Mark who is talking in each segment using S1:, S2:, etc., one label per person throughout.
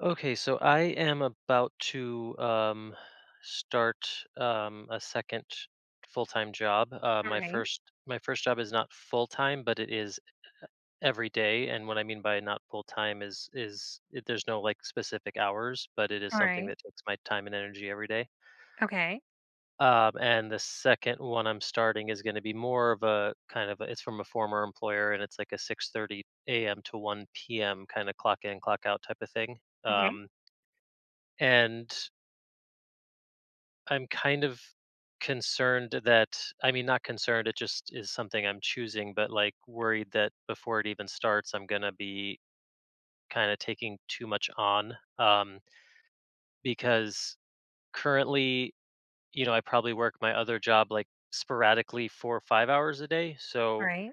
S1: Okay, so I am about to start a second full-time job. Uh, my
S2: Alright,
S1: first my first job is not full-time, but it is every day. And what I mean by not full-time is it, there's no like specific hours, but it is something
S2: alright,
S1: that takes my time and energy every day.
S2: okay,
S1: And the second one I'm starting is going to be more of a kind of a, it's from a former employer, and it's like a 6:30 a.m. to 1 p.m. kind of clock in, clock out type of thing.
S2: okay,
S1: Um, and I'm kind of concerned that I mean not concerned, it just is something I'm choosing, but like worried that before it even starts I'm going to be kind of taking too much on because currently, you know, I probably work my other job like sporadically 4 or 5 hours a day. So
S2: alright,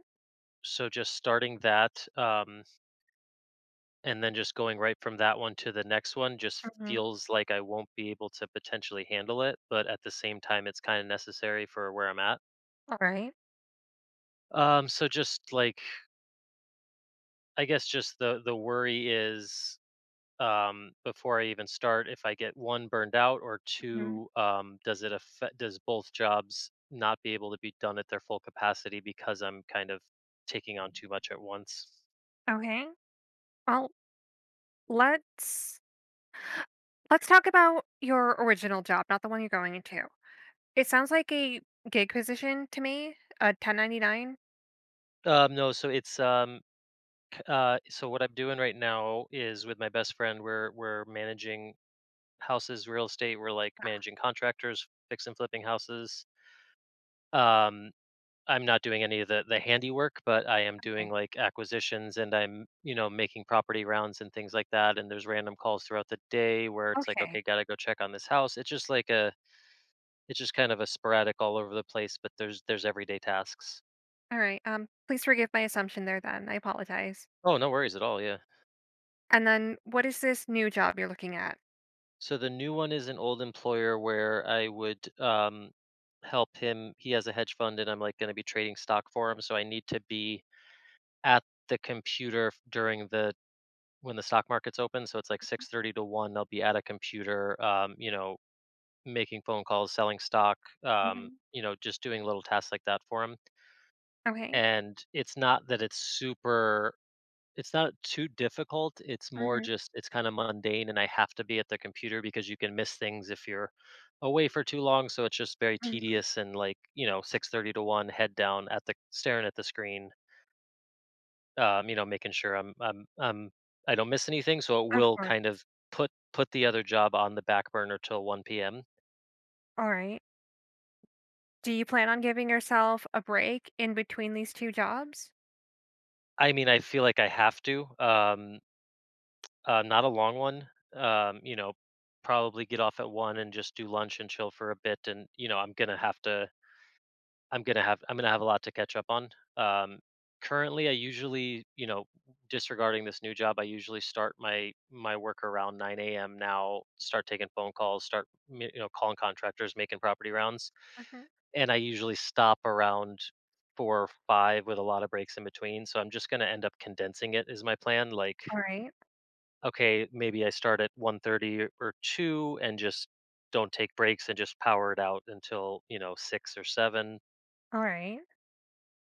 S1: so just starting that and then just going right from that one to the next one just
S2: mhm,
S1: feels like I won't be able to potentially handle it, but at the same time it's kind of necessary for where I'm at.
S2: alright,
S1: So just like I guess just the worry is before I even start if I get one burned out or
S2: mhm,
S1: two does it affect does both jobs not be able to be done at their full capacity because I'm kind of taking on too much at once.
S2: okay. Well, let's let's talk about your original job, not the one you're going into. It sounds like a gig position to me, a 1099.
S1: No, so it's so what I'm doing right now is with my best friend we're managing houses, real estate, we're like
S2: Ah,
S1: managing contractors, fixing flipping houses. Um I'm not doing any of the handiwork, but I am doing
S2: okay,
S1: like acquisitions and I'm, you know, making property rounds and things like that. And there's random calls throughout the day where it's like,
S2: okay,
S1: okay, gotta go check on this house. It's just kind of a sporadic all over the place, but there's everyday tasks.
S2: alright, please forgive my assumption there then, I apologize.
S1: Oh, no worries at all. Yeah.
S2: And then what is this new job you're looking at?
S1: So the new one is an old employer where I would help him. He has a hedge fund, and I'm like going to be trading stock for him. So I need to be at the computer f- during the when the stock market's open. So it's like 6:30 to 1, they'll be at a computer, you know, making phone calls, selling stock,
S2: Mhm,
S1: you know, just doing little tasks like that for him.
S2: okay,
S1: And it's not that it's super It's not too difficult. It's more
S2: mhm,
S1: just it's kind of mundane and I have to be at the computer because you can miss things if you're away for too long. So it's just very
S2: mhm,
S1: tedious and like, you know, 6:30 to 1 head down at the staring at the screen you know, making sure I don't miss anything. So it
S2: of
S1: will
S2: course,
S1: kind of put the other job on the back burner till 1 p.m.
S2: alright. Do you plan on giving yourself a break in between these 2 jobs?
S1: I mean, I feel like I have to. Not a long one. You know, probably get off at one and just do lunch and chill for a bit. And you know, I'm gonna have a lot to catch up on. Um, Currently, I usually, you know, disregarding this new job, I usually start my work around 9 a.m. Now, start taking phone calls, you know calling contractors, making property rounds,
S2: Mhm.
S1: and I usually stop around four or five with a lot of breaks in between. So I'm just gonna end up condensing it is my plan. Like,
S2: All right.
S1: okay, maybe I start at 1:30 or two and just don't take breaks and just power it out until you know six or seven.
S2: All right.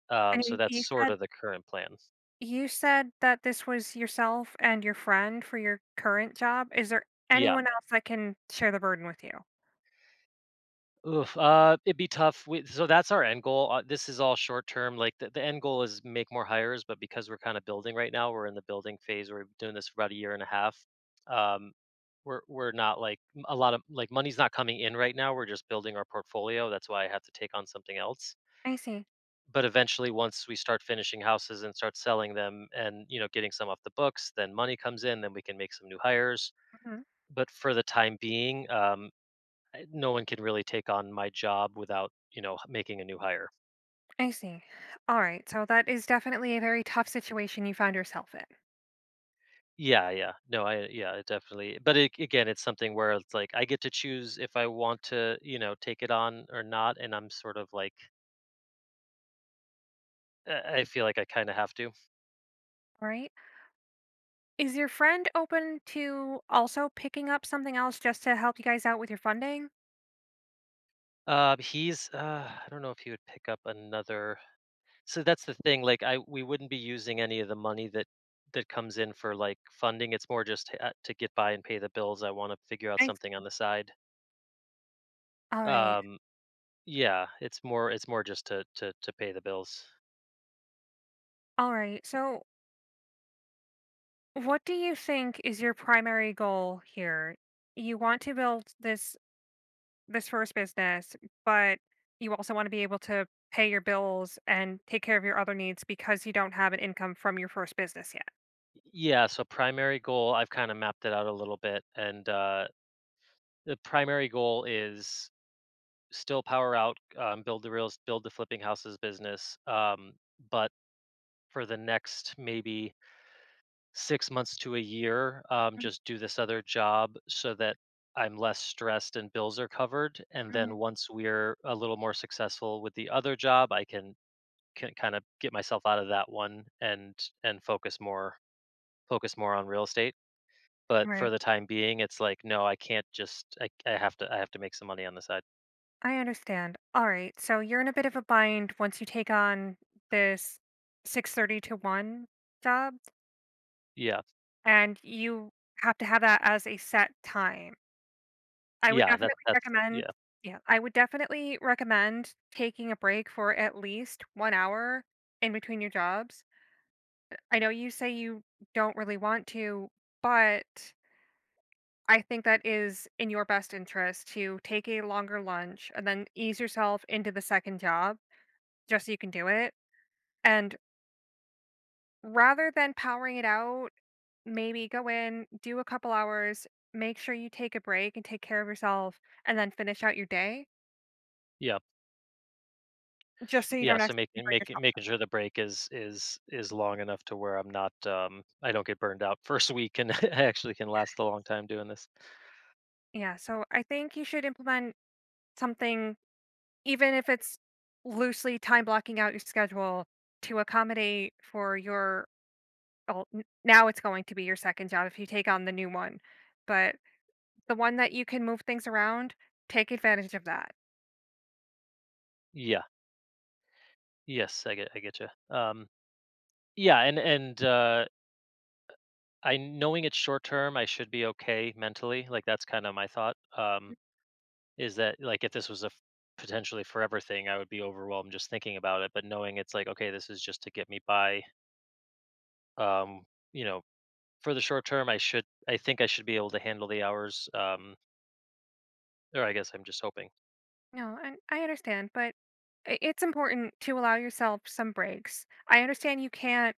S2: And
S1: So
S2: you,
S1: that's
S2: you
S1: sort
S2: said
S1: of the current plan.
S2: you said that this was yourself and your friend for your current job. Is there
S1: Yeah.
S2: anyone else that can share the burden with you?
S1: Oof, it'd be tough. So that's our end goal. This is all short term. Like the end goal is make more hires, but because we're kind of building right now, we're in the building phase. We're doing this for about a year and a half. Um, we're not like a lot of like money's not coming in right now. We're just building our portfolio. That's why I have to take on something else.
S2: I see.
S1: But eventually, once we start finishing houses and start selling them, and you know, getting some off the books, then money comes in. Then we can make some new hires.
S2: Mhm.
S1: But for the time being, no one can really take on my job without you know making a new hire.
S2: I see. All right. So that is definitely a very tough situation you found yourself in.
S1: Yeah, yeah, no I yeah it definitely but it, again it's something where it's like I get to choose if I want to you know take it on or not and I'm sort of like I feel like I kind of have to.
S2: All right. Is your friend open to also picking up something else just to help you guys out with your funding?
S1: He's I don't know if he would pick up another. So that's the thing like I we wouldn't be using any of the money that comes in for like funding. It's more just to get by and pay the bills. I want to figure out
S2: I
S1: something
S2: see.
S1: on the side.
S2: All right.
S1: um Yeah, it's more just to pay the bills.
S2: All right. So what do you think is your primary goal here? You want to build this first business, but you also want to be able to pay your bills and take care of your other needs because you don't have an income from your first business yet.
S1: Yeah, so primary goal, I've kind of mapped it out a little bit and the primary goal is still power out, build the reals, build the flipping houses business. But for the next maybe 6 months to a year, just do this other job so that I'm less stressed and bills are covered. And then
S2: Mhm.
S1: once we're a little more successful with the other job, I can kind of get myself out of that one and focus more on real estate. But for
S2: Right.
S1: the time being, it's like, no, I can't just I have to make some money on the side.
S2: I understand. All right. So you're in a bit of a bind once you take on this 6:30 to 1 job.
S1: Yeah.
S2: And you have to have that as a set time. I would
S1: Yeah, that
S2: definitely
S1: that's
S2: recommend,
S1: yeah.
S2: yeah, I would definitely recommend taking a break for at least 1 hour in between your jobs. I know you say you don't really want to, but I think that is in your best interest to take a longer lunch and then ease yourself into the second job just so you can do it. And rather than powering it out, maybe go in, do a couple hours, make sure you take a break and take care of yourself, and then finish out your day
S1: Yeah.
S2: just so you
S1: Yeah,
S2: don't
S1: so
S2: accidentally
S1: making
S2: break
S1: making
S2: yourself.
S1: making sure the break is long enough to where I'm not I don't get burned out first week and I actually can last a long time doing this.
S2: Yeah, so I think you should implement something, even if it's loosely time blocking out your schedule to accommodate for your, well, now it's going to be your second job if you take on the new one, but the one that you can move things around, take advantage of that.
S1: Yeah. Yes, I get you. Um yeah, and I knowing it's short term, I should be okay mentally. Like that's kind of my thought. Is that like if this was a f potentially forever thing, I would be overwhelmed just thinking about it, but knowing it's like, "Okay, this is just to get me by," um, you know, for the short term, I think I should be able to handle the hours, or I guess I'm just hoping.
S2: No, and I understand, but it's important to allow yourself some breaks. I understand you can't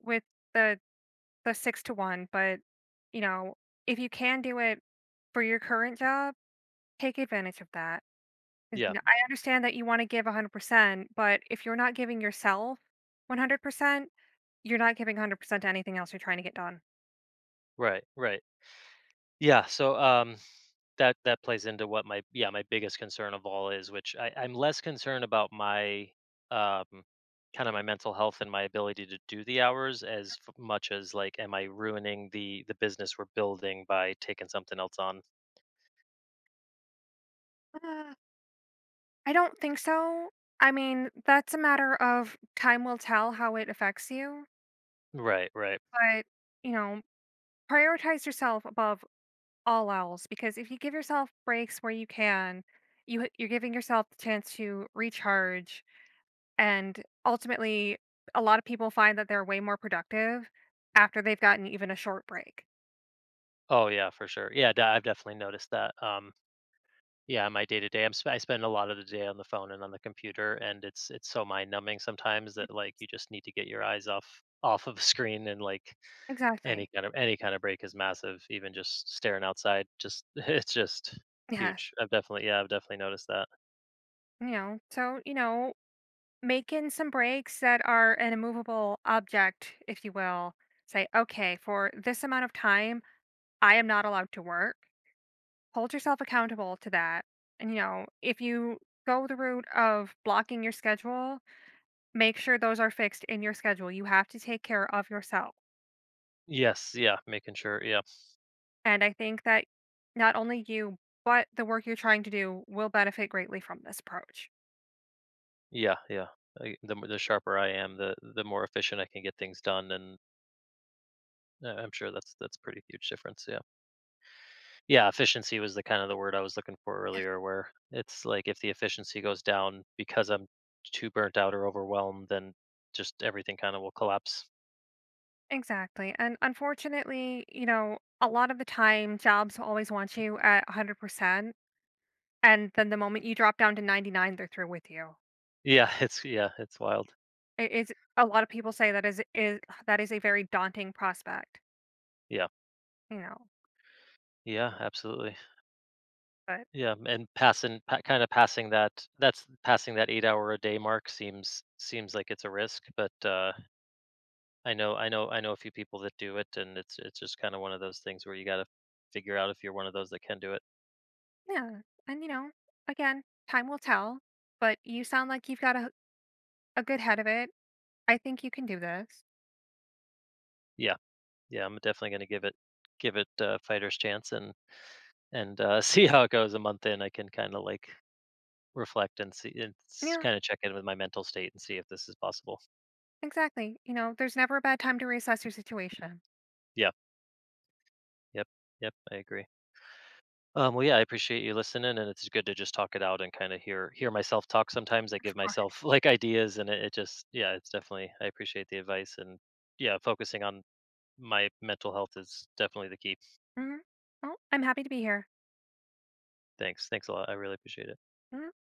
S2: with the the six to one, but you know, if you can do it for your current job, take advantage of that. 'Cause,
S1: Yeah,
S2: you know, I understand that you want to give 100%, but if you're not giving yourself 100%, you're not giving 100% to anything else you're trying to get done.
S1: right, right. Yeah, so, that plays into my biggest concern of all is, which I'm less concerned about my, um, kinda my mental health and my ability to do the hours as f much as, like, am I ruining the business we're building by taking something else on?
S2: Uh, I don't think so. I mean, that's a matter of time will tell how it affects you,
S1: Right, right.
S2: but you know, prioritize yourself above all else, because if you give yourself breaks where you can, you're giving yourself the chance to recharge and ultimately a lot of people find that they're way more productive after they've gotten even a short break.
S1: Oh, yeah, for sure. Yeah, I've definitely noticed that, yeah, my day-to-day, I spend a lot of the day on the phone and on the computer, and it's so mind numbing sometimes that, like, you just need to get your eyes off of a screen and, like, Any
S2: Exactly.
S1: kind of any kind of break is massive, even just staring outside, just it's just
S2: Yes.
S1: huge. I've definitely Yeah, I've definitely noticed that.
S2: You know, so, you know, make in some breaks that are an immovable object, if you will. Say, okay, for this amount of time, I am not allowed to work. Hold yourself accountable to that. And, you know, if you go the route of blocking your schedule, make sure those are fixed in your schedule. You have to take care of yourself.
S1: Yes, yeah, making sure yeah.
S2: And I think that not only you, but the work you're trying to do will benefit greatly from this approach.
S1: Yeah, yeah. I the m The sharper I am, the more efficient I can get things done, and, I'm sure that's pretty huge difference, yeah. Yeah, efficiency was the kind of the word I was looking for earlier, where it's like if the efficiency goes down because I'm too burnt out or overwhelmed, then just everything kinda will collapse.
S2: Exactly. And unfortunately, you know, a lot of the time jobs always want you at 100%. And then the moment you drop down to 99, they're through with you.
S1: Yeah, it's yeah, it's wild.
S2: It is, a lot of people say that is a very daunting prospect,
S1: Yeah.
S2: you know.
S1: Yeah, absolutely.
S2: But
S1: Yeah, and passing pa kinda passing that that's passing that eight-hour-a-day mark seems like it's a risk, but, I know a few people that do it, and it's just kinda one of those things where you gotta figure out if you're one of those that can do it.
S2: yeah, and you know, again, time will tell. But you sound like you've got a good head of it. I think you can do this.
S1: Yeah, yeah, I'm definitely gonna give it a fighter's chance and see how it goes a month in. I can kinda, like, reflect and
S2: Yeah,
S1: kinda check in with my mental state and see if this is possible.
S2: exactly. You know, there's never a bad time to reassess your situation.
S1: Yeah, yep, yep, I agree. Well, yeah, I appreciate you listening, and it's good to just talk it out and kind of hear myself talk. Sometimes I
S2: Of
S1: give
S2: course.
S1: myself like ideas, and it just yeah, it's definitely I appreciate the advice, and yeah, focusing on my mental health is definitely the key.
S2: Hmm. Well, I'm happy to be here.
S1: Thanks, thanks a lot. I really appreciate it.
S2: Mhm.